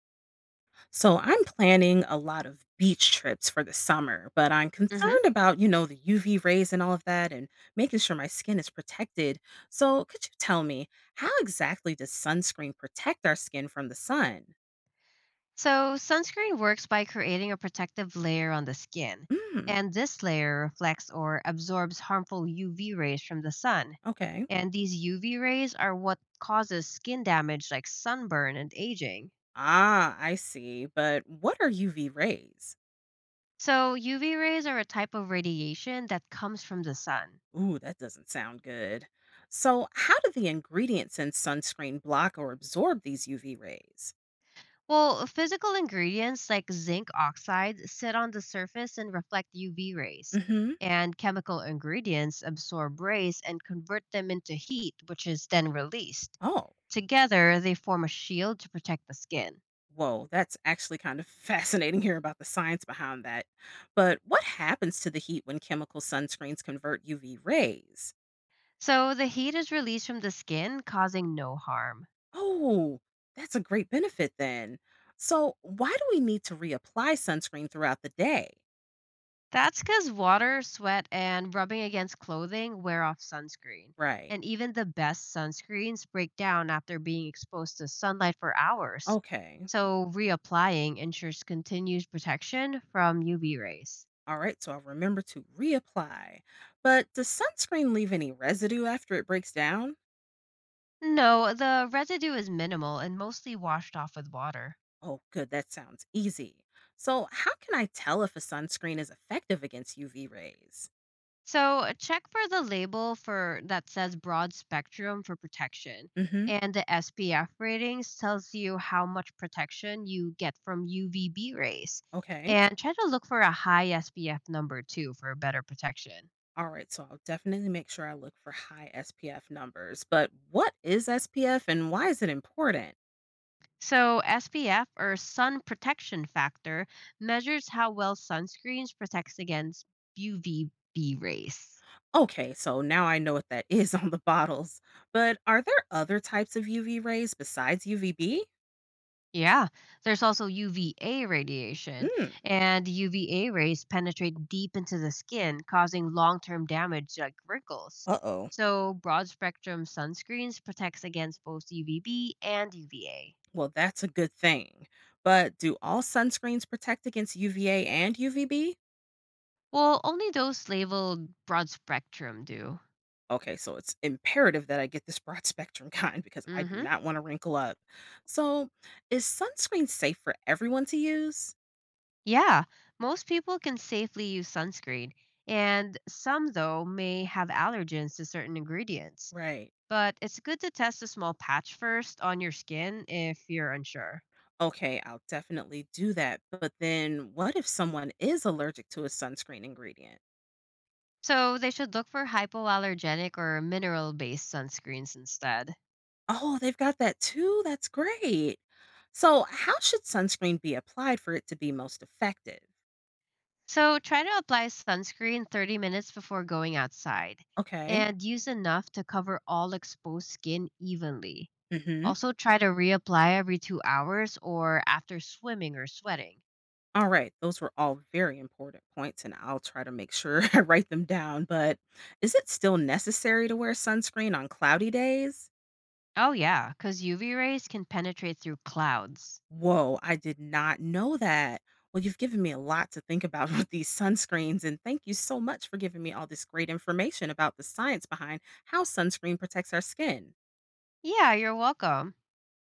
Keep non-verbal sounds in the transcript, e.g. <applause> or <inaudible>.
So I'm planning a lot of beach trips for the summer, but I'm Hmm. concerned about, the UV rays and all of that, and making sure my skin is protected. So could you tell me, how exactly does sunscreen protect our skin from the sun? So, sunscreen works by creating a protective layer on the skin, Mm, and this layer reflects or absorbs harmful UV rays from the sun. okay. And these UV rays are what causes skin damage like sunburn and aging. Ah, I see. But what are UV rays? So, UV rays are a type of radiation that comes from the sun. Ooh, that doesn't sound good. So how do the ingredients in sunscreen block or absorb these UV rays? Well, physical ingredients like zinc oxides sit on the surface and reflect UV rays, Mm-hmm. and chemical ingredients absorb rays and convert them into heat, which is then released. Oh. Together, they form a shield to protect the skin. Whoa, that's actually kind of <laughs> fascinating here about the science behind that. But what happens to the heat when chemical sunscreens convert UV rays? So the heat is released from the skin, causing no harm. Oh, that's a great benefit then. So, why do we need to reapply sunscreen throughout the day? That's because water, sweat, and rubbing against clothing wear off sunscreen. Right. And even the best sunscreens break down after being exposed to sunlight for hours. Okay. So reapplying ensures continuous protection from UV rays. All right. So, I'll remember to reapply. But does sunscreen leave any residue after it breaks down? No, the residue is minimal and mostly washed off with water. Oh, good. That sounds easy. So, how can I tell if a sunscreen is effective against UV rays? So check for the label for that says broad spectrum for protection. Mm hmm. And the SPF ratings tells you how much protection you get from UVB rays. Okay. And try to look for a high SPF number too for better protection. All right, so I'll definitely make sure I look for high SPF numbers. But what is SPF and why is it important? So SPF or sun protection factor measures how well sunscreens protects against UVB rays. Okay, so now I know what that <laughs> is on the bottles. But are there other types of UV rays besides UVB? Yeah, there's also UVA radiation, Mm, and UVA rays penetrate deep into the skin, causing long-term damage like wrinkles. uh-oh. So, broad-spectrum sunscreens protects against both UVB and UVA. Well, that's a good thing. But do all sunscreens protect against UVA and UVB? Well, only those labeled broad-spectrum do. Okay, so it's imperative that I get this broad <laughs> spectrum kind because I do Mhm. not want to wrinkle up. So, is sunscreen safe for everyone to use? Yeah, most people can safely use sunscreen, and some, though, may have allergens to certain ingredients. Right. But it's good to test a small patch first on your skin if you're unsure. Okay, I'll definitely do that. But then what if someone is allergic to a sunscreen ingredient? So they should look for hypoallergenic or mineral based sunscreens instead. Oh, they've got that too. That's great. So, how should sunscreen be applied for it to be most effective? So try to apply sunscreen 30 minutes before going outside Okay. and use enough to cover all exposed skin evenly. Mhm. Also, try to reapply every 2 hours or after swimming or sweating. All right, those were all very important points and I'll try to make sure <laughs> I write them down, but is it still necessary to wear sunscreen on cloudy days? Oh, yeah, because UV rays can penetrate through clouds. Whoa, I did not know that. Well, you've given me a lot to think about <laughs> with these sunscreens, and thank you so much for giving me all this great information about the science behind how sunscreen protects our skin. Yeah, you're welcome.